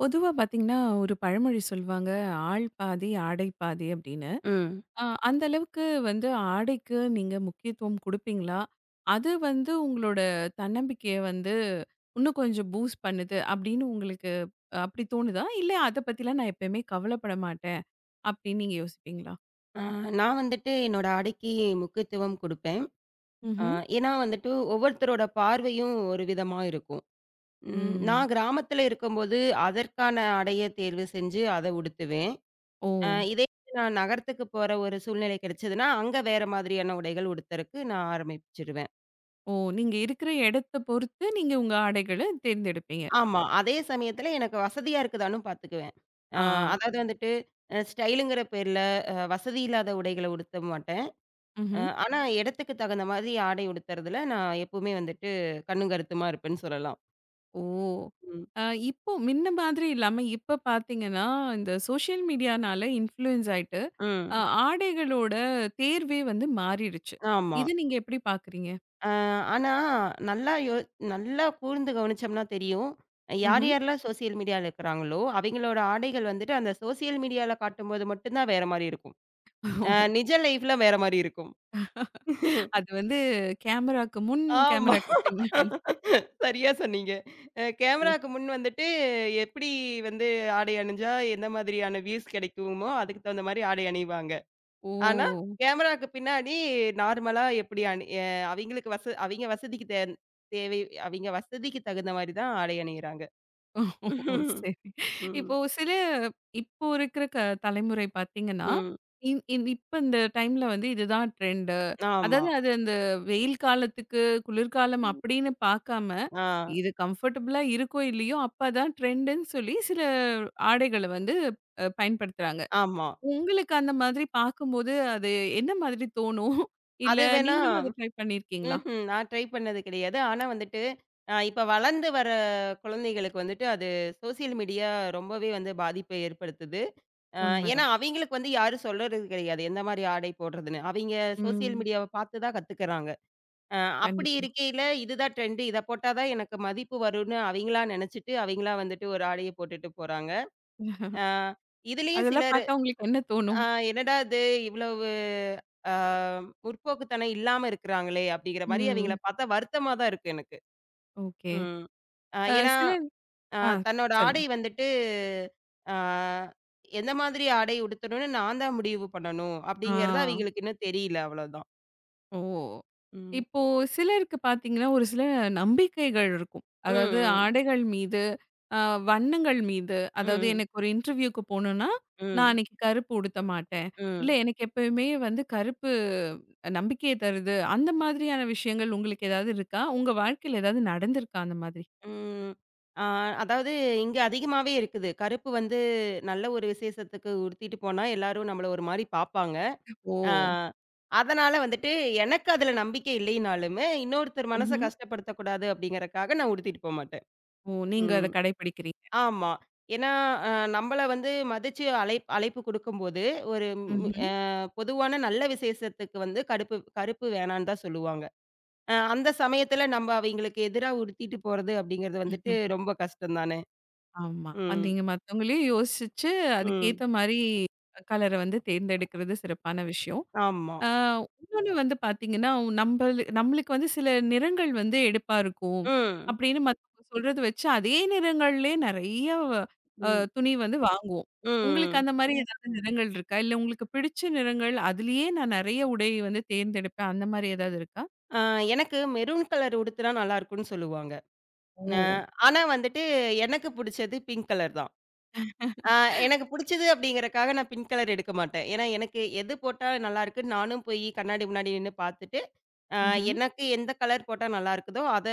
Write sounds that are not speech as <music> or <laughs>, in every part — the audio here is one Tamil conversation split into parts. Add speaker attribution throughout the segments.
Speaker 1: பொதுவா பார்த்தீங்கன்னா, ஒரு பழமொழி சொல்வாங்க. "ஆள் பாதி, ஆடை பாதி" அப்படின்னு.
Speaker 2: ம்.
Speaker 1: அந்த அளவுக்கு வந்து ஆடைக்கு நீங்க முக்கியத்துவம் குடுப்பீங்களா? அது வந்து உங்களோட தன்னம்பிக்கைய வந்து இன்னும் கொஞ்சம் பூஸ்ட் பண்ணுது அப்படின்னு உங்களுக்கு அப்படி தோணுதா? இல்ல அத பத்திலாம் நான் எப்பயுமே கவலைப்பட மாட்டேன் அப்படின்னு நீங்க யோசிப்பீங்களா?
Speaker 2: ஆ நான் வந்துட்டு என்னோட ஆடைக்கு முக்கியத்துவம் குடுப்பேன். அ
Speaker 1: ம்ஹ்ம்.
Speaker 2: ஏன்னா வந்துட்டு ஒவ்வொருத்தரோட பார்வையும் ஒரு விதமா இருக்கும்.
Speaker 1: ம்.
Speaker 2: நான் கிராமத்துல இருக்கும்போது, அதற்கான ஆடைய தேர்வு செஞ்சு அத உடுத்துவேன்.
Speaker 1: ஓ!
Speaker 2: இதே நான் நகரத்துக்கு போற ஒரு சூழ்நிலை கிடைச்சதுன்னா, அங்க வேற மாதிரியான உடைகள் உடுத்தறக்கு நான் ஆரம்பிச்சுருவேன்.
Speaker 1: ஓ! நீங்க இருக்கிற இடத்த பொறுத்து நீங்க உங்க ஆடைகள தேர்ந்தெடுப்பீங்க.
Speaker 2: ஆமா. அதே சமயத்துல எனக்கு வசதியா இருக்குதான்னும் பாத்துக்குவேன். அ
Speaker 1: ஆ.
Speaker 2: அதாவது வந்துட்டு ஸ்டைலுங்கிற பேர்ல வசதி இல்லாத உடைகள உடுத்த மாட்டேன்.
Speaker 1: ம்ஹ்ம்.
Speaker 2: ஆனா, இடத்துக்கு தகுந்த மாதிரி ஆடை உடுத்துறதுல நான் எப்பவுமே வந்துட்டு கண்ணும் கருத்துமா இருப்பேன்னு சொல்லலாம்.
Speaker 1: ஓ!
Speaker 2: ம்.
Speaker 1: அ இப்போ மின்ன மாதிரி இல்லாம, இப்ப பார்த்தீங்கன்னா, இந்த சோஷியல் மீடியானால இன்ஃப்ளூயன்ஸ் ஆயிட்டு,
Speaker 2: ம்.
Speaker 1: அ ஆடைகளோட தேர்வே வந்து மாறிடுச்சு.
Speaker 2: ஆமா.
Speaker 1: இத நீங்க எப்படி பார்க்குறீங்க?
Speaker 2: அ ஆனா, நல்லா யோ நல்லா கூர்ந்து கவனிச்சோம்னா தெரியும். யார்
Speaker 1: ம்ஹ்ம்.
Speaker 2: யாரெல்லாம் சோசியல் மீடியால இருக்கிறாங்களோ, அவைங்களோட ஆடைகள் வந்துட்டு அந்த சோசியல் மீடியால காட்டும்போது மட்டும் தான் வேற மாரி இருக்கும். நிஜ
Speaker 1: <laughs>
Speaker 2: லைஃப்ல வேற மாரி இருக்கும்.
Speaker 1: அது வந்து கேமராக்கு முன்,
Speaker 2: ஆமா.
Speaker 1: கேமராக்கு பின்.
Speaker 2: சரியா சொன்னீங்க.
Speaker 1: ஓ!
Speaker 2: கேமராக்கு முன் வந்துட்டு எப்படி வந்து ஆடை அணிஞ்சா எந்த மாதிரியான வியூஸ் கிடைக்குமோ, அதுக்கு தகுந்த மாரி ஆடை அணிவாங்க.
Speaker 1: ஓ
Speaker 2: ஆனா, கேமராக்கு பின்னாடி நார்மலா எப்படி அணி அ அவிங்களுக்கு வச அவிங்க வசதிக்கு தேன் தேவை அவிங்க வசதிக்கு தகுந்த மாரி தான் ஆடை அணியிறாங்க.
Speaker 1: ஓ!
Speaker 2: <laughs>
Speaker 1: சரி.
Speaker 2: ம்.
Speaker 1: இப்போ சில இப்போ இருக்கிற தலைமுறை பார்த்தீங்கன்னா,
Speaker 2: ம்.
Speaker 1: இந் இந் இப்ப இந்த டைம்ல வந்து இதுதான் ட்ரெண்டு.
Speaker 2: ஆமா.
Speaker 1: அதாவது அந்த வெயில் காலத்துக்கு, குளிர்காலம் அப்படின்னு பார்க்காம,
Speaker 2: ஆ.
Speaker 1: இது கம்ஃபர்டபுளா இருக்கோ இல்லையோ, அப்பதான் ட்ரெண்டுன்னு சொல்லி சில ஆடைகள வந்து பயன்படுத்துறாங்க.
Speaker 2: ஆமா.
Speaker 1: உங்களுக்கு அந்த மாதிரி பார்க்கும்போது அது என்ன மாதிரி தோணும்? இல்ல
Speaker 2: அது வேணா
Speaker 1: நீங்களும் அத ட்ரை பண்ணியிருக்கீங்களா?
Speaker 2: ம்ஹ்ம். நான் ட்ரை பண்ணது கிடையாது. ஆனா வந்துட்டு, இப்ப வளர்ந்து வர குழந்தைகளுக்கு வந்துட்டு அது சோசியல் மீடியா ரொம்பவே வந்து பாதிப்பை ஏற்படுத்துது. அ ஏன்னா
Speaker 1: உண்மதான்.
Speaker 2: அவைங்களுக்கு வந்து யாரும் சொல்றது கிடையாது. எந்த மாரி ஆடை போடுறதுன்னு. அவைங்க சோசியல்
Speaker 1: ம்.
Speaker 2: மீடியாவ பார்த்து தான் கத்துக்கிறாங்க. அ அப்படி
Speaker 1: கண்டிப்பா.
Speaker 2: இருக்கையில இதுதான் ட்ரெண்டு. இத போட்டா தான் எனக்கு மதிப்பு வரும்னு அவைங்களா நெனச்சுட்டு, அவைங்களா வந்துட்டு ஒரு ஆடைய போட்டுட்டு போறாங்க. அ இதுலயும்
Speaker 1: அதெல்லாம்
Speaker 2: சிலர்
Speaker 1: பார்த்தா உங்களுக்கு என்ன தோணும்?
Speaker 2: ஆ என்னடா இது இவ்வளவு ஆ முற்போக்குத்தனம் இல்லாம இருக்கிறாங்களே! அப்டிங்கிற மாரி
Speaker 1: ம்.
Speaker 2: அவைங்கள பார்த்தா வருத்தமா தான் இருக்கு எனக்கு.
Speaker 1: ஓகே.
Speaker 2: ம். ஏன்னா,
Speaker 1: சிலர்
Speaker 2: அ
Speaker 1: ஆ
Speaker 2: தன்னோட
Speaker 1: சொல்லுங்க.
Speaker 2: ஆடை வந்துட்டு ஆ எந்த மாதிரி ஆடை உடுத்தணும்னு நான் தான் முடிவு பண்ணணும்.
Speaker 1: ஆ
Speaker 2: அப்டிங்கிறது அவைங்களுக்கு இன்னும் தெரியல அவ்வளோதான்.
Speaker 1: ஓ!
Speaker 2: ம்.
Speaker 1: இப்போ சிலருக்கு பார்த்தீங்கன்னா, ஒரு சில நம்பிக்கைகள் இருக்கும்.
Speaker 2: ம்,
Speaker 1: அதாவது
Speaker 2: ம்,
Speaker 1: ஆடைகள் மீது, அ வண்ணங்கள் மீது, அதாவது
Speaker 2: ம்,
Speaker 1: எனக்கு ஒரு இன்டர்வியூக்கு போணும்னா, நான் அன்னைக்கு கருப்பு உடுத்த மாட்டேன். இல்ல
Speaker 2: ம்,
Speaker 1: எனக்கு எப்பயுமே வந்து கருப்பு நம்பிக்கைய தருது. அந்த மாதிரியான விஷயங்கள் உங்களுக்கு ஏதாவது இருக்கா? உங்க வாழ்க்கையில ஏதாவது நடந்திருக்கா அந்த மாதிரி?
Speaker 2: ம். ஆ அதாவது இங்க அதிகமாவே இருக்குது. கருப்பு வந்து நல்ல ஒரு விசேஷத்துக்கு உடுத்திட்டு போனா எல்லாரும் நம்மள ஒரு மாரி பார்ப்பாங்க.
Speaker 1: ஓ!
Speaker 2: ஆ. அதனால வந்துட்டு எனக்கு அதுல நம்பிக்கை இல்லைனாலுமே, இன்னொருத்தர் மனச
Speaker 1: ம்ஹ்ம்.
Speaker 2: கஷ்டப்படுத்தக்கூடாது அப்படிங்கிறக்காக நான் உடுத்திட்டு போமாட்டேன்.
Speaker 1: ஓ! நீங்க அத
Speaker 2: ம்.
Speaker 1: கடைபிடிக்கிறீங்க.
Speaker 2: ஆமா. ஏன்னா, அ நம்மள வந்து மதிச்சு அழைப்பு குடுக்கும்போது, ஒரு ம்
Speaker 1: ம்ஹ்ம்.
Speaker 2: அ பொதுவான நல்ல விசேஷத்துக்கு வந்து கருப்பு வேணான்னு தான் சொல்லுவாங்க. அந்த சமயத்துல நம்ம அவைங்களுக்கு எதிரா உடுத்திட்டு போறது அப்படிங்கிறது வந்துட்டு ரொம்ப கஷ்டம் தானே.
Speaker 1: ஆமா.
Speaker 2: ம்.
Speaker 1: நீங்க மத்தவங்களையும் யோசிச்சு,
Speaker 2: ம்.
Speaker 1: அதுக்கேத்த மாரி கலர வந்து தேர்ந்தெடுக்கிறது சிறப்பான விஷயம்.
Speaker 2: ஆமா.
Speaker 1: ஆ இன்னொன்னு வந்து பார்த்தீங்கன்னா, நம்மளுக்கு வந்து சில நிறங்கள் வந்து எடுப்பா இருக்கும்.
Speaker 2: ம்.
Speaker 1: அப்படின்னு மத்தவங்க சொல்றத வச்சு, அதே நிறங்கள்லயே நெறைய அ
Speaker 2: ம்.
Speaker 1: துணி வந்து வாங்குவோம். உங்களுக்கு
Speaker 2: ம்.
Speaker 1: அந்த மாரி ஏதாவது நிறங்கள் இருக்கா? இல்ல உங்களுக்கு பிடிச்ச நிறங்கள், அதுலயே நான் நெறைய உடை வந்து தேர்ந்தெடுப்பேன். அந்த மாரி ஏதாவது இருக்கா?
Speaker 2: அ எனக்கு மெரூன் கலர் உடுத்துனா நல்லா இருக்கும்னு சொல்லுவாங்க. அ
Speaker 1: ஓ!
Speaker 2: ஆனா வந்துட்டு எனக்கு புடிச்சது பிங்க் கலர் தான். அ எனக்கு புடிச்சது அப்படிங்கிறக்காக நான் பிங்க் கலர் எடுக்க மாட்டேன். ஏன்னா எனக்கு எது போட்டா நல்லாருக்குன்னு நானும் போய் கண்ணாடி முன்னாடி நின்னு பார்த்துட்டு, அ
Speaker 1: ம்ஹ்ம்.
Speaker 2: எனக்கு எந்த கலர் போட்டா நல்லா இருக்குதோ அத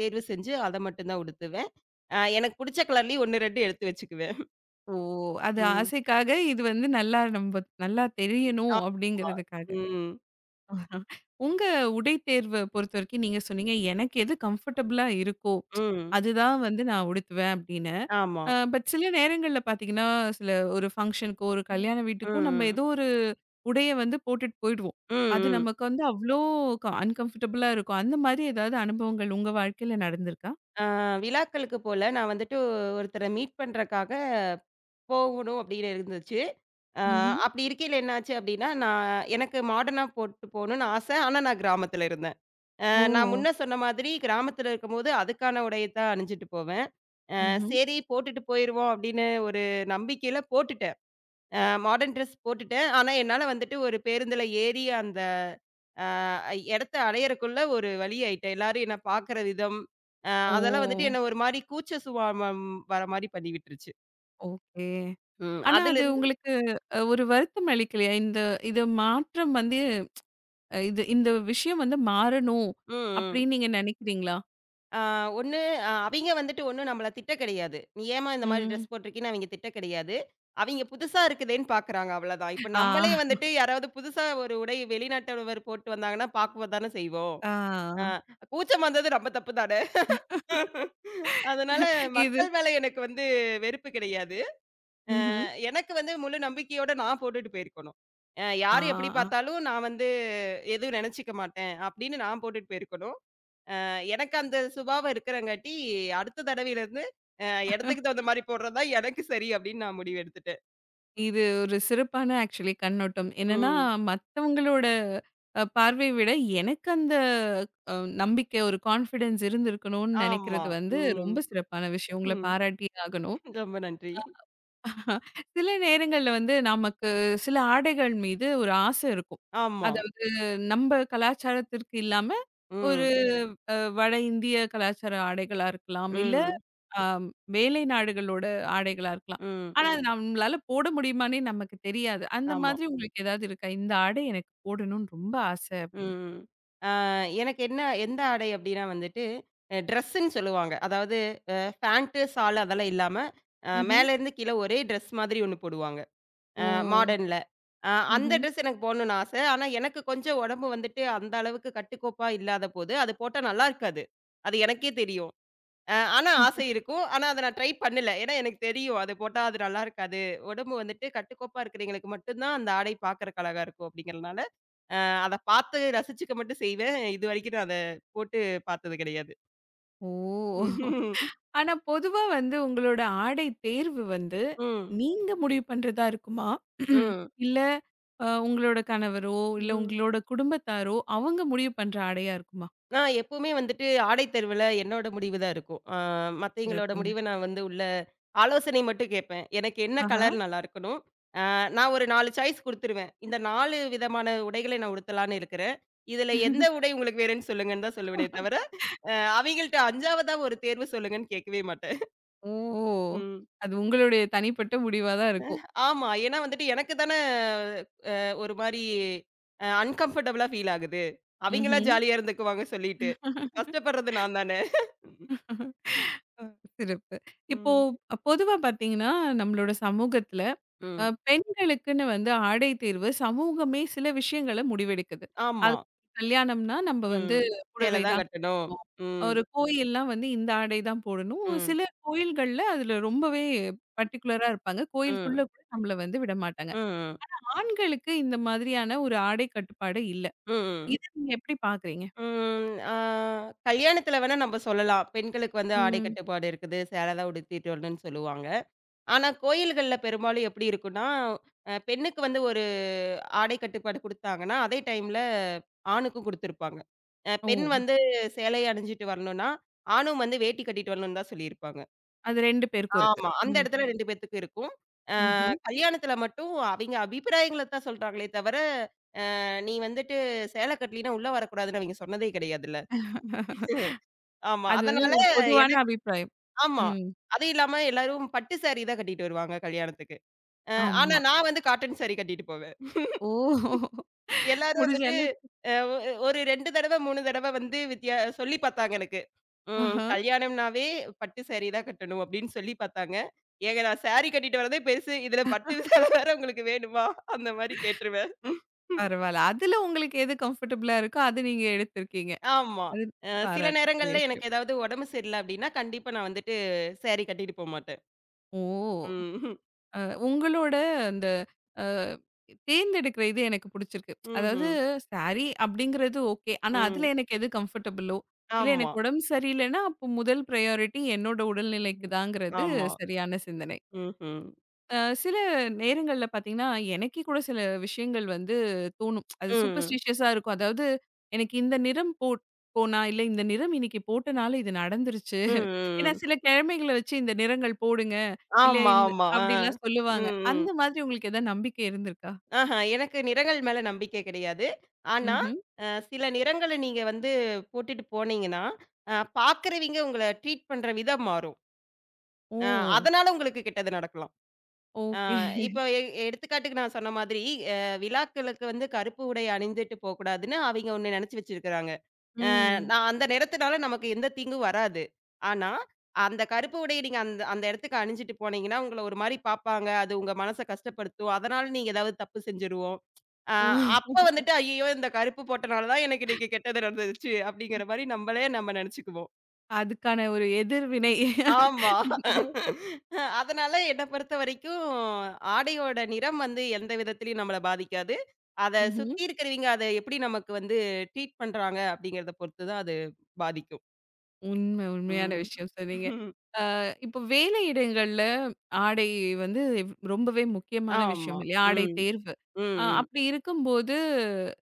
Speaker 2: தேர்வு செஞ்சு அத மட்டும் தான் உடுத்துவேன். எனக்கு புடிச்ச கலர்லயும் 1, 2 எடுத்து வச்சுக்குவேன்.
Speaker 1: ஓ! அது
Speaker 2: ம்.
Speaker 1: ஆசைக்காக இது வந்து நல்லா தெரியணும்
Speaker 2: ஆமா.
Speaker 1: அப்படிங்கிறதுக்காக.
Speaker 2: ம்.
Speaker 1: உங்க உடை தேர்வ பொறுத்தவரைக்கும் நீங்க சொன்னீங்க, "எனக்கு எது கம்ஃபர்டபுளா இருக்கோ,
Speaker 2: ம்.
Speaker 1: அதுதான் வந்து நான் உடுத்துவேன்" அப்படின்னு.
Speaker 2: ஆமா.
Speaker 1: பட் சில நேரங்கள்ல பார்த்தீங்கன்னா, சில ஒரு ஃபங்ஷனுக்கோ, ஒரு
Speaker 2: ம்.
Speaker 1: கல்யாண வீட்டுக்கோ நம்ம
Speaker 2: ம்.
Speaker 1: ஏதோ ஒரு உடைய வந்து போட்டுட்டு போயிடுவோம்.
Speaker 2: ம்.
Speaker 1: அது
Speaker 2: ம்.
Speaker 1: நமக்கு வந்து அவ்ளோ அன்கம்ஃபர்டபுளா இருக்கும். அந்த மாதிரி ஏதாவது அனுபவங்கள் உங்க வாழ்க்கையில நடந்திருக்கா?
Speaker 2: அ விழாக்களுக்கு போல நான் வந்துட்டு ஒருத்தர மீட் பண்றக்காக போகணும் அப்படின்னு இருந்துச்சு. அ
Speaker 1: ம்ஹ்ம்.
Speaker 2: அப்படி இருக்கையில என்னாச்சு அப்படின்னா, எனக்கு மாடர்னா போட்டு போகணும்னு ஆசை. ஆனா நான் கிராமத்துல இருந்தேன்.
Speaker 1: ஓ!
Speaker 2: நான் முன்ன சொன்ன மாதிரி கிராமத்துல இருக்கும்போது அதுக்கான உடைய தான் அணிஞ்சுட்டு போவேன்.
Speaker 1: ம்ஹ்ம்.
Speaker 2: சரி போட்டுட்டு போயிருவோம் அப்படின்னு ஒரு நம்பிக்கையில போட்டுட்டேன். அ மாடர்ன் ட்ரெஸ் போட்டுட்டேன். ஆனா என்னால வந்துட்டு ஒரு பேருந்துல ஏறி அந்த அ இடத்த அடையறக்குள்ள ஒரு வழி ஆயிட்டேன். எல்லாரும் என்ன பார்க்குற விதம்,
Speaker 1: ஓ!
Speaker 2: அதெல்லாம் வந்துட்டு என்ன ஒரு மாரி கூச்ச சுபாவம் வர மாரி பண்ணி விட்டுருச்சு.
Speaker 1: ஓகே.
Speaker 2: ம்.
Speaker 1: ஆனா, அது
Speaker 2: அதிலிருந்து
Speaker 1: உங்களுக்கு ஒரு வருத்தம் அளிக்கலையா? இது மாற்றம் வந்து அ இது இந்த விஷயம் வந்து மாறணும்
Speaker 2: ம். ம்.
Speaker 1: அப்படின்னு நீங்க நினைக்கிறீங்களா?
Speaker 2: ஆ ஒண்ணு அவிங்க வந்துட்டு ஒண்ணும் நம்மள திட்ட கிடையாது. "நீ ஏம்மா இந்த மாரி
Speaker 1: ம்.
Speaker 2: ட்ரெஸ் போட்டிருக்கீன்னு" அவிங்க திட்ட கிடையாது. அவிங்க புதுசா இருக்குதேன்னு பார்க்குறாங்க அவ்வளதான். இப்ப
Speaker 1: ஆ,
Speaker 2: நம்மளே வந்துட்டு யாராவது புதுசா ஒரு உடை வெளிநாட்டவர் போட்டு வந்தாங்கன்னா பார்க்கும்போது தானே செய்வோம்.
Speaker 1: ஆ.
Speaker 2: ஆ கூச்சம் வந்தது நம்ம தப்பு தானே. <laughs> அதனால
Speaker 1: இது
Speaker 2: மக்கள் மேல எனக்கு வந்து வெறுப்பு கிடையாது. அ
Speaker 1: ம்ஹ்ம்.
Speaker 2: எனக்கு வந்து முழு நம்பிக்கையோட நான் போட்டுட்டு போயிருக்கணும்.
Speaker 1: ஆ,
Speaker 2: யாரு எப்படி
Speaker 1: ஆ.
Speaker 2: பார்த்தாலும் நான் வந்து எதுவும் நெனச்சுக்க மாட்டேன் அப்படின்னு நான் போட்டுட்டு போயிருக்கணும். எனக்கு அந்த சுபாவம் இருக்கிறங்காட்டி, அடுத்த தடவையிலருந்து அ இடத்துக்கு தகுந்த மாரி போடுறது தான் எனக்கு சரி அப்படின்னு நான் முடிவு எடுத்துட்டேன்.
Speaker 1: இது ஒரு சிறப்பான ஆக்சுவலி கண்ணோட்டம். என்னன்னா,
Speaker 2: ம்.
Speaker 1: மத்தவங்களோட பார்வைய விட எனக்கு அந்த அ நம்பிக்கை, ஒரு கான்ஃபிடன்ஸ் இருந்திருக்கணும்னு
Speaker 2: ஆமா.
Speaker 1: நினைக்கிறது வந்து
Speaker 2: ம்.
Speaker 1: ரொம்ப சிறப்பான விஷயம். உங்கள
Speaker 2: ம்.
Speaker 1: பாராட்டியே ஆகணும்.
Speaker 2: ரொம்ப நன்றி.
Speaker 1: அஹ் சில நேரங்கள்ல வந்து நமக்கு சில ஆடைகள் மீது ஒரு ஆசை இருக்கும்.
Speaker 2: ஆமா.
Speaker 1: அதாவது நம்ம கலாச்சாரத்திற்கு இல்லாம ஒரு
Speaker 2: ம்.
Speaker 1: வட இந்திய கலாச்சார ஆடைகளா இருக்கலாம். இல்ல
Speaker 2: ம்.
Speaker 1: அ வேலை நாடுகளோட ஆடைகளா இருக்கலாம்.
Speaker 2: ம்.
Speaker 1: ஆனா அது நம்மளால போட முடியுமான்னே நமக்கு தெரியாது. அந்த
Speaker 2: ஆமா.
Speaker 1: மாதிரி உங்களுக்கு ஏதாவது இருக்கா? இந்த ஆடை எனக்கு போடணும்னு ரொம்ப ஆசை அப்படின்னு.
Speaker 2: ம். ஆ எனக்கு என்ன எந்த ஆடை அப்படின்னா வந்துட்டு, ட்ரெஸ்ஸுன்னு சொல்லுவாங்க. அதாவது பேண்ட், ஷால் அதெல்லாம் இல்லாம,
Speaker 1: ம்ஹ்ம்.
Speaker 2: மேலேருந்து கீழ ஒரே ட்ரெஸ் மாதிரி ஒண்ணு போடுவாங்க.
Speaker 1: ஓ!
Speaker 2: அ மாடர்ன்ல. அந்த
Speaker 1: ம்ஹ்ம்.
Speaker 2: ட்ரெஸ் எனக்கு போடணும்னு ஆசை. ஆனா, எனக்கு கொஞ்சம் உடம்பு வந்துட்டு அந்த அளவுக்கு கட்டுக்கோப்பா இல்லாத போது, அது போட்டா நல்லா இருக்காது. அது எனக்கே தெரியும். ஆனா ஆசை இருக்கும். ஆனா, அத நான் ட்ரை பண்ணல. ஏன்னா, எனக்கு தெரியும். அது போட்டா அது நல்லா இருக்காது. உடம்பு வந்துட்டு கட்டுக்கோப்பா இருக்கிறவைங்களுக்கு மட்டும் தான் அந்த ஆடை பார்க்கறக்கு அழகா இருக்கும் அப்படிங்கிறனால, அ அத பார்த்து ரசிச்சுக்க மட்டும் செய்வேன். இதுவரைக்கும் நான் அத போட்டு பார்த்தது கிடையாது.
Speaker 1: ஓ!
Speaker 2: <laughs> ம்.
Speaker 1: ஆனா பொதுவா வந்து உங்களோட ஆடை தேர்வு வந்து
Speaker 2: ம்.
Speaker 1: நீங்க முடிவு பண்றதா இருக்குமா? <clears throat>
Speaker 2: ம்.
Speaker 1: இல்ல உங்களோட கணவரோ, இல்ல
Speaker 2: ம்.
Speaker 1: உங்களோட குடும்பத்தாரோ அவங்க முடிவு பண்ற ஆடையா இருக்குமா?
Speaker 2: நான் எப்பவுமே வந்துட்டு ஆடை தேர்வுல என்னோட முடிவு தான் இருக்கும். மத்தவங்களோட
Speaker 1: சிறப்புங்க.
Speaker 2: முடிவ நான் வந்து உள்ள ஆலோசனை மட்டும் கேட்பேன். எனக்கு என்ன
Speaker 1: ஆஹா.
Speaker 2: கலர் நல்லா இருக்கணும்? நான் ஒரு 4 சாய்ஸ் குடுத்துருவேன். இந்த 4 விதமான உடைகளை நான் உடுத்தலான்னு இருக்கிறேன். இதுல எந்த உடை உங்களுக்கு வேணும்னு சொல்லுங்கன்னு தான் சொல்லுவேனே தவிர, அ அவைங்கள்ட்ட 5வதா ஒரு தேர்வு சொல்லுங்கன்னு கேட்கவே மாட்டேன்.
Speaker 1: ஓ!
Speaker 2: ம்.
Speaker 1: அது உங்களுடைய தனிப்பட்ட முடிவா தான் இருக்கும்.
Speaker 2: ஆமா. ஏன்னா வந்துட்டு எனக்கு தான ஒரு மாரி அன்கம்ஃபர்டபுளா ஃபீல் ஆகுது. அவைங்கலாம்
Speaker 1: ம்ஹ்ம்.
Speaker 2: ஜாலியா இருந்துக்குவாங்க சொல்லிட்டு. கஷ்டப்படுறது நான் தானே.
Speaker 1: அ சிறப்பு. இப்போ
Speaker 2: ம்.
Speaker 1: பொதுவா பார்த்தீங்கன்னா, நம்மளோட சமூகத்துல
Speaker 2: ம்.
Speaker 1: பெண்களுக்குன்னு வந்து ஆடை தேர்வு சமூகமே சில விஷயங்கள முடிவெடுக்குது.
Speaker 2: ஆமா.
Speaker 1: அது கல்யாணம்னா நம்ம வந்து
Speaker 2: ம். சேலை
Speaker 1: புடவை
Speaker 2: தான்
Speaker 1: தான்
Speaker 2: கட்டணும்.
Speaker 1: கட்டணும்.
Speaker 2: ம்.
Speaker 1: ஒரு கோயில்னா வந்து இந்த ஆடை தான் போடணும்.
Speaker 2: ம்.
Speaker 1: சில கோயில்கள்ல அதுல ரொம்பவே பர்ட்டிகுலரா இருப்பாங்க. கோயிலுக்குள்ள
Speaker 2: ம்.
Speaker 1: கூட நம்மள வந்து விடமாட்டாங்க.
Speaker 2: ம்.
Speaker 1: ஆண்களுக்கு இந்த மாதிரியான ஒரு ஆடை கட்டுப்பாடு இல்ல.
Speaker 2: ம்.
Speaker 1: இத நீங்க எப்படி பார்க்குறீங்க?
Speaker 2: ம். கல்யாணத்துல வேணா நம்ம சொல்லலாம். பெண்களுக்கு வந்து ஆடை
Speaker 1: ம்.
Speaker 2: கட்டுப்பாடு இருக்குது. சேலை தான் உடுத்திட்டு வரணும்னு சொல்லுவாங்க. ஆனா, கோயில்கள்ல பெரும்பாலும் எப்படி இருக்கும்னா, பெண்ணுக்கு வந்து ஒரு ஆடை கட்டுப்பாடு குடுத்தாங்கன்னா, அதே டைம்ல ஆணுக்கும் குடுத்திருப்பாங்க.
Speaker 1: ஓ!
Speaker 2: பெண் வந்து சேலை அணிஞ்சுட்டு வரணும்னா, ஆணும் வந்து வேட்டி கட்டிட்டு வரணும்னு தான் சொல்லியிருப்பாங்க.
Speaker 1: அது 2 பேருக்கும் இருக்கு.
Speaker 2: ஆமா. அந்த
Speaker 1: ம்.
Speaker 2: இடத்துல 2 பேத்துக்கும் இருக்கும். அ
Speaker 1: ம்ஹ்ம்.
Speaker 2: கல்யாணத்துல மட்டும் அவிங்க அபிப்பிராயங்கள தான் சொல்றாங்களே தவிர, நீ வந்துட்டு சேலை கட்டலீன்னா உள்ள வரக்கூடாதுன்னு அவிங்க சொன்னதே கிடையாதுல்ல. ஆமா.
Speaker 1: அது வந்து
Speaker 2: அதனால
Speaker 1: ஒரு பொதுவான
Speaker 2: எனக்கு
Speaker 1: அபிப்பிராயம்.
Speaker 2: ஆமா.
Speaker 1: ம்.
Speaker 2: அது இல்லாம எல்லாரும் பட்டு சாரி தான் கட்டிட்டு வருவாங்க கல்யாணத்துக்கு. அ ஆனா
Speaker 1: ஆமா.
Speaker 2: நான் வந்து காட்டன் சாரி கட்டிட்டு போவேன்.
Speaker 1: ஓ!
Speaker 2: எல்லாரும்
Speaker 1: முடிஞ்ச
Speaker 2: வந்துட்டு
Speaker 1: அளவுக்கு.
Speaker 2: அ ஒ ஒரு 2 தடவ, 3 தடவ வந்து வித்தியா சொல்லி பார்த்தாங்க எனக்கு.
Speaker 1: ஆஹ.
Speaker 2: கல்யாணம்னாவே பட்டு சாரி தான் கட்டணும் அப்படின்னு சொல்லி பார்த்தாங்க. ஏங்க நான் சாரி கட்டிட்டு வரதே பெருசு. இதுல பட்டு சேலை வேற உங்களுக்கு வேணுமா? அந்த மாரி கேட்டுருவேன்.
Speaker 1: பரவால்ல. அதுல உங்களுக்கு எது கம்ஃபர்டபுளா இருக்கோ, அது நீங்க எடுத்திருக்கீங்க.
Speaker 2: ஆமா.
Speaker 1: அது
Speaker 2: அ சில
Speaker 1: பாராட்டக்கூடிய
Speaker 2: நேரங்கள்ல
Speaker 1: விஷயம்.
Speaker 2: எனக்கு ஏதாவது உடம்பு சரியில்ல அப்படின்னா, கண்டிப்பா நான் வந்துட்டு சாரி கட்டிட்டு போமாட்டேன்.
Speaker 1: ஓ!
Speaker 2: ம்.
Speaker 1: அ உங்களோட அந்த அ தேர்ந்தெடுக்கிற இது எனக்கு புடிச்சிருக்கு.
Speaker 2: ம்ஹ்ம்.
Speaker 1: அதாவது
Speaker 2: ம்.
Speaker 1: சாரி அப்படிங்கிறது ஓகே. ஆனா, அதுல
Speaker 2: ம்
Speaker 1: எனக்கு எது கம்ஃபர்டபுளோ, இல்ல
Speaker 2: ஆமா.
Speaker 1: எனக்கு உடம்பு சரியில்லன்னா, அப்போ முதல் பிரையாரிட்டி என்னோட உடல்நிலைக்கு
Speaker 2: ம்.
Speaker 1: தாங்கிறது
Speaker 2: ஆமா.
Speaker 1: சரியான சிந்தனை.
Speaker 2: ம்ஹ்ம்.
Speaker 1: சில நேரங்கள்ல பார்த்தீங்கன்னா, எனக்கே கூட சில விஷயங்கள் வந்து தோணும். அது
Speaker 2: ம். ம்.
Speaker 1: சூப்பர்ஸ்டிஷியஸா இருக்கும். அதாவது எனக்கு இந்த நிறம் போனா, இல்ல இந்த நிறம் இன்னைக்கு போட்டனால இது நடந்துருச்சு.
Speaker 2: ம்.
Speaker 1: ஏன்னா
Speaker 2: ம்.
Speaker 1: சில கிழமைகள வச்சு இந்த நிறங்கள் போடுங்க. இல்ல
Speaker 2: ஆமா,
Speaker 1: இந்த
Speaker 2: ஆமா. ஆ.
Speaker 1: அப்படிலாம் சொல்லுவாங்க.
Speaker 2: ம். ம்.
Speaker 1: அந்த மாதிரி உங்களுக்கு ஏதாவது நம்பிக்கை இருந்திருக்கா?
Speaker 2: ஆஹா, எனக்கு நிறங்கள் மேல நம்பிக்கை கிடையாது. ஆனா,
Speaker 1: ம்ஹ்ம்.
Speaker 2: அ சில நிறங்கள நீங்க வந்து போட்டுட்டு போனீங்கன்னா, பார்க்கிறவைங்க உங்கள ட்ரீட் பண்ற விதம் மாறும்.
Speaker 1: ஓ!
Speaker 2: அ அதனால உங்களுக்கு கெட்டது நடக்கலாம். அ
Speaker 1: ஓகே.
Speaker 2: இப்போ எடுத்துக்காட்டுக்கு நான் சொன்ன மாதிரி, அ விழாக்களுக்கு வந்து கருப்பு உடை அணிந்துட்டு போக்கூடாதுன்னு அவைங்க ஒண்ணு நெனச்சு வச்சிருக்கிறாங்க.
Speaker 1: ம்.
Speaker 2: நான் அந்த நிறத்துனால நமக்கு எந்த தீங்கும் வராது. ஆனா, அந்த கருப்பு உடைய நீங்க அந்த அந்த இடத்துக்கு அணிஞ்சுட்டு போனீங்கன்னா, உங்கள ஒரு மாரி பார்ப்பாங்க. அது உங்க மனச கஷ்டப்படுத்தும். அதனால நீங்க ஏதாவது தப்பு செஞ்சுருவோம். அ
Speaker 1: ஓ!
Speaker 2: அப்ப வந்துட்டு, "ஐயய்யோ! இந்த கருப்பு போட்டனால தான் எனக்கு இன்னைக்கு கெட்டது நடந்துருச்சு." அப்படிங்கிற மாரி நம்மளே நம்ம நெனச்சுக்குவோம்.
Speaker 1: அதுக்கான ஒரு எதிர்வினை.
Speaker 2: ஆமா. <laughs> அதனால என்ன பொறுத்தவரைக்கும், ஆடையோட நிறம் வந்து எந்த விதத்திலயும் நம்மள பாதிக்காது. அத
Speaker 1: ம்ஹ்ம்.
Speaker 2: சுத்தி இருக்கிறவங்க அத எப்படி நமக்கு வந்து ட்ரீட் பண்றாங்க அப்படிங்கிறத பொறுத்து தான் அது பாதிக்கும்.
Speaker 1: உண்மையான
Speaker 2: ம்.
Speaker 1: விஷயம் சொன்னீங்க. ஆ இப்போ வேலை இடங்கள்ல ஆடை வந்து ரொம்பவே முக்கியமான
Speaker 2: ஆமா.
Speaker 1: விஷயம் இல்லையா? ஆடை
Speaker 2: ம்.
Speaker 1: தேர்வு.
Speaker 2: ம். ம்.
Speaker 1: அப்படி இருக்கும்போது,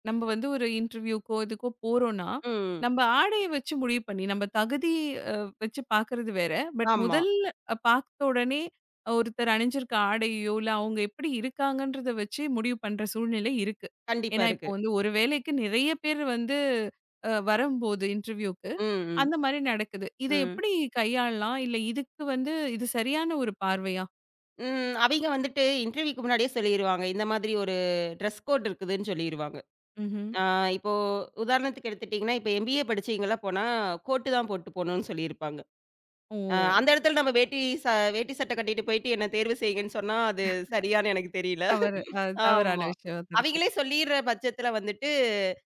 Speaker 1: நம்ம வந்து ஒரு இன்டர்வியூக்கோ, இதுக்கோ போறோம்னா,
Speaker 2: ம்.
Speaker 1: நம்ம ஆடைய வச்சு முடிவு பண்ணி, நம்ம தகுதி அ வச்சு பார்க்கறது வேற. பட்
Speaker 2: ஆமா.
Speaker 1: முதல் பார்த்த உடனே ஒருத்தர் அணிஞ்சிருக்க ஆடையோ, இல்ல அவங்க எப்படி இருக்காங்கன்றத வச்சு முடிவு பண்ற சூழ்நிலை இருக்கு.
Speaker 2: கண்டிப்பா
Speaker 1: ஏன்னா இப்போ
Speaker 2: இருக்கு.
Speaker 1: வந்து ஒரு வேலைக்கு நிறைய பேர் வந்து வரும்போது இன்டர்வியூக்கு
Speaker 2: ம். ம்.
Speaker 1: அந்த மாரி நடக்குது. இத
Speaker 2: ம்.
Speaker 1: எப்படி கையாளலாம்? இல்ல இதுக்கு வந்து இது சரியான ஒரு பார்வையா?
Speaker 2: ம். அவைங்க வந்துட்டு இன்டர்வியூக்கு முன்னாடியே சொல்லிருவாங்க. இந்த மாதிரி ஒரு ட்ரெஸ் கோட் இருக்குதுன்னு சொல்லிருவாங்க.
Speaker 1: ம்ஹ்ம்.
Speaker 2: ஆ இப்போ உதாரணத்துக்கு எடுத்துட்டீங்கன்னா, இப்ப எம்பிஏ படிச்சவங்கலாம் போனா, கோட்டு தான் போட்டு போணும்னு சொல்லியிருப்பாங்க.
Speaker 1: ஓ!
Speaker 2: அந்த இடத்துல நம்ம ச வேட்டி சட்டை கட்டிட்டு போயிட்டு என்ன தேர்வு செய்யுங்கன்னு சொன்னா, அது சரியான்னு எனக்கு தெரியல.
Speaker 1: தவறு அ தவறான
Speaker 2: ஆமா.
Speaker 1: விஷயமா தான் இருக்கும்.
Speaker 2: அவிங்களே சொல்லிர்ற பட்சத்துல வந்துட்டு,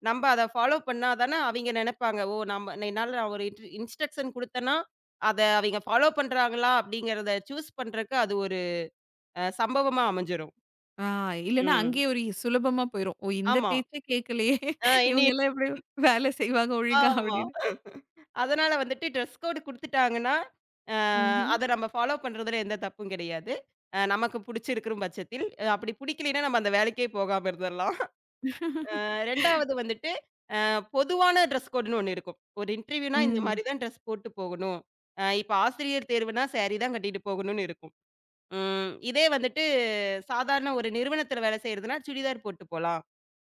Speaker 2: நம்ப அத ஃபாலோ பண்ணா தான அவிங்க நெனப்பாங்க. ஓ! நம்ம என்னால நான் ஒரு இன்ஸ்ட்ரக்ஷன் குடுத்தேன்னா, அத அவிங்க ஃபாலோ பண்றாங்களா? அப்படிங்கிறத சூஸ் பண்றக்கு அது ஒரு சம்பவமா அமைஞ்சிரும்.
Speaker 1: ஆ இல்லன்னா
Speaker 2: ம்.
Speaker 1: அங்கேயே ஒரு சுலபமா போயிரும். ஓ! இந்த
Speaker 2: ஆமா.
Speaker 1: பேச்சே கேட்கலையே! <laughs>
Speaker 2: இனி
Speaker 1: இவங்கலாம் எப்படி வேல செய்வாங்க ஒழுங்கா
Speaker 2: ஆமா.
Speaker 1: அப்படின்னு.
Speaker 2: அதனால வந்துட்டு ட்ரெஸ் கோடு குடுத்துட்டாங்கன்னா, அ
Speaker 1: ம்ஹ்ம்.
Speaker 2: அத நம்ம ஃபாலோ பண்றதுல எந்த தப்பும் கிடையாது. நமக்கு புடிச்சிருக்கும் பட்சத்தில். அப்படி புடிக்கலைன்னா நம்ம அந்த வேலைக்கே போகாம இருந்துரலாம். 2வது வந்துட்டு பொதுவான ட்ரெஸ் கோடுன்னு ஒண்ணு இருக்கும். ஒரு இன்டர்வியூனா இந்த
Speaker 1: ம்.
Speaker 2: மாரி தான் ட்ரெஸ் போட்டு போகணும். இப்ப ஆசிரியர் தேர்வுனா சாரி தான் கட்டிட்டு போகணும்னு இருக்கும். இதே வந்துட்டு சாதாரண ஒரு நிறுவனத்தில வேலை செய்றதுன்னா, சுடிதார் போட்டு போலாம்.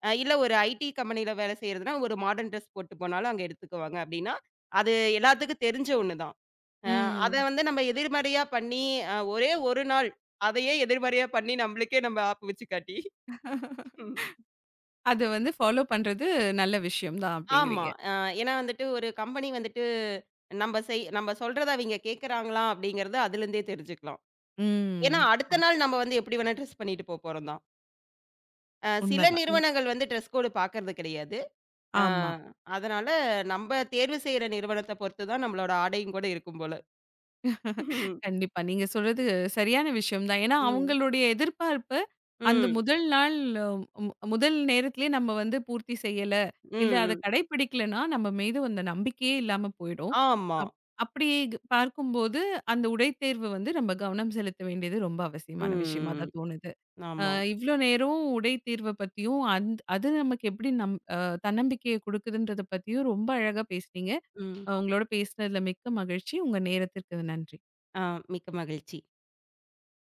Speaker 2: இல்ல ஒரு ஐடி கம்பெனியில வேலை செய்றதுன்னா, ஒரு மாடர்ன் ட்ரெஸ் போட்டு போனாலும் அங்க எடுத்துக்குவாங்க அப்படின்னா, அது எல்லாத்துக்கும் தெரிஞ்ச ஒண்ணு தான். அ அத
Speaker 1: ம்.
Speaker 2: வந்து நம்ம எதிர்மறையா பண்ணி, ஒரே ஒரு நாள் அதையே எதிர்மறையா பண்ணி, நம்மளுக்கே நம்ம ஆப்பு வச்சு காட்டி
Speaker 1: அது வந்து ஃபாலோ பண்றது நல்ல விஷயம் தான்
Speaker 2: ஆமா.
Speaker 1: அப்படிங்கிறீங்க.
Speaker 2: ஏன்னா வந்துட்டு ஒரு கம்பெனி வந்துட்டு நம்ப சொல்றத அவிங்க கேட்கறாங்களா அப்படிங்கிறத அதுலருந்தே தெரிஞ்சுக்கலாம்.
Speaker 1: ம்.
Speaker 2: ஏன்னா அடுத்த
Speaker 1: கரெக்ட்.
Speaker 2: நாள் நம்ம வந்து எப்படி வேணா ட்ரெஸ் பண்ணிட்டு போறோம் தான். சில
Speaker 1: உண்மதான்.
Speaker 2: நிறுவனங்கள் வந்து ட்ரெஸ் கோடு பார்க்கறது கிடையாது. அ
Speaker 1: ஆமா.
Speaker 2: அதனால நம்ப தேர்வு செய்ற நிறுவனத்த பொறுத்து தான் நம்மளோட ஆடையும் கூட இருக்கும் போல. ம்.
Speaker 1: கண்டிப்பா. நீங்க சொல்றது சரியான விஷயம் தான். ஏன்னா,
Speaker 2: ம்.
Speaker 1: அவங்களுடைய எதிர்பார்ப்பு அந்த
Speaker 2: ம்.
Speaker 1: முதல் நாள் அஹ், மு முதல் நேரத்திலேயே நம்ம வந்து பூர்த்தி செய்யல,
Speaker 2: ம்.
Speaker 1: இல்ல அத
Speaker 2: ம்.
Speaker 1: கடைப்பிடிக்கலன்னா, நம்ம மீது அந்த நம்பிக்கையே இல்லாம போயிடும்.
Speaker 2: ஆமா.
Speaker 1: அப் அப்படி பார்க்கும்போது, அந்த உடைத்தேர்வு வந்து நம்ம கவனம் செலுத்த வேண்டியது ரொம்ப அவசியமான
Speaker 2: ம்.
Speaker 1: விஷயமா
Speaker 2: ம்.
Speaker 1: தான் தோணுது. அ
Speaker 2: ஆமா.
Speaker 1: இவ்ளோ நேரம் உடை தீர்வ பத்தியும், அது நமக்கு எப்படி நம் அ தன்னம்பிக்கைய குடுக்குதுன்றத பத்தியும் ரொம்ப அழகா பேசுனீங்க.
Speaker 2: ம்.
Speaker 1: உங்களோட பேசுனதுல மிக்க மகிழ்ச்சி. உங்க நேரத்திற்கு நன்றி.
Speaker 2: ஆ மிக்க மகிழ்ச்சி.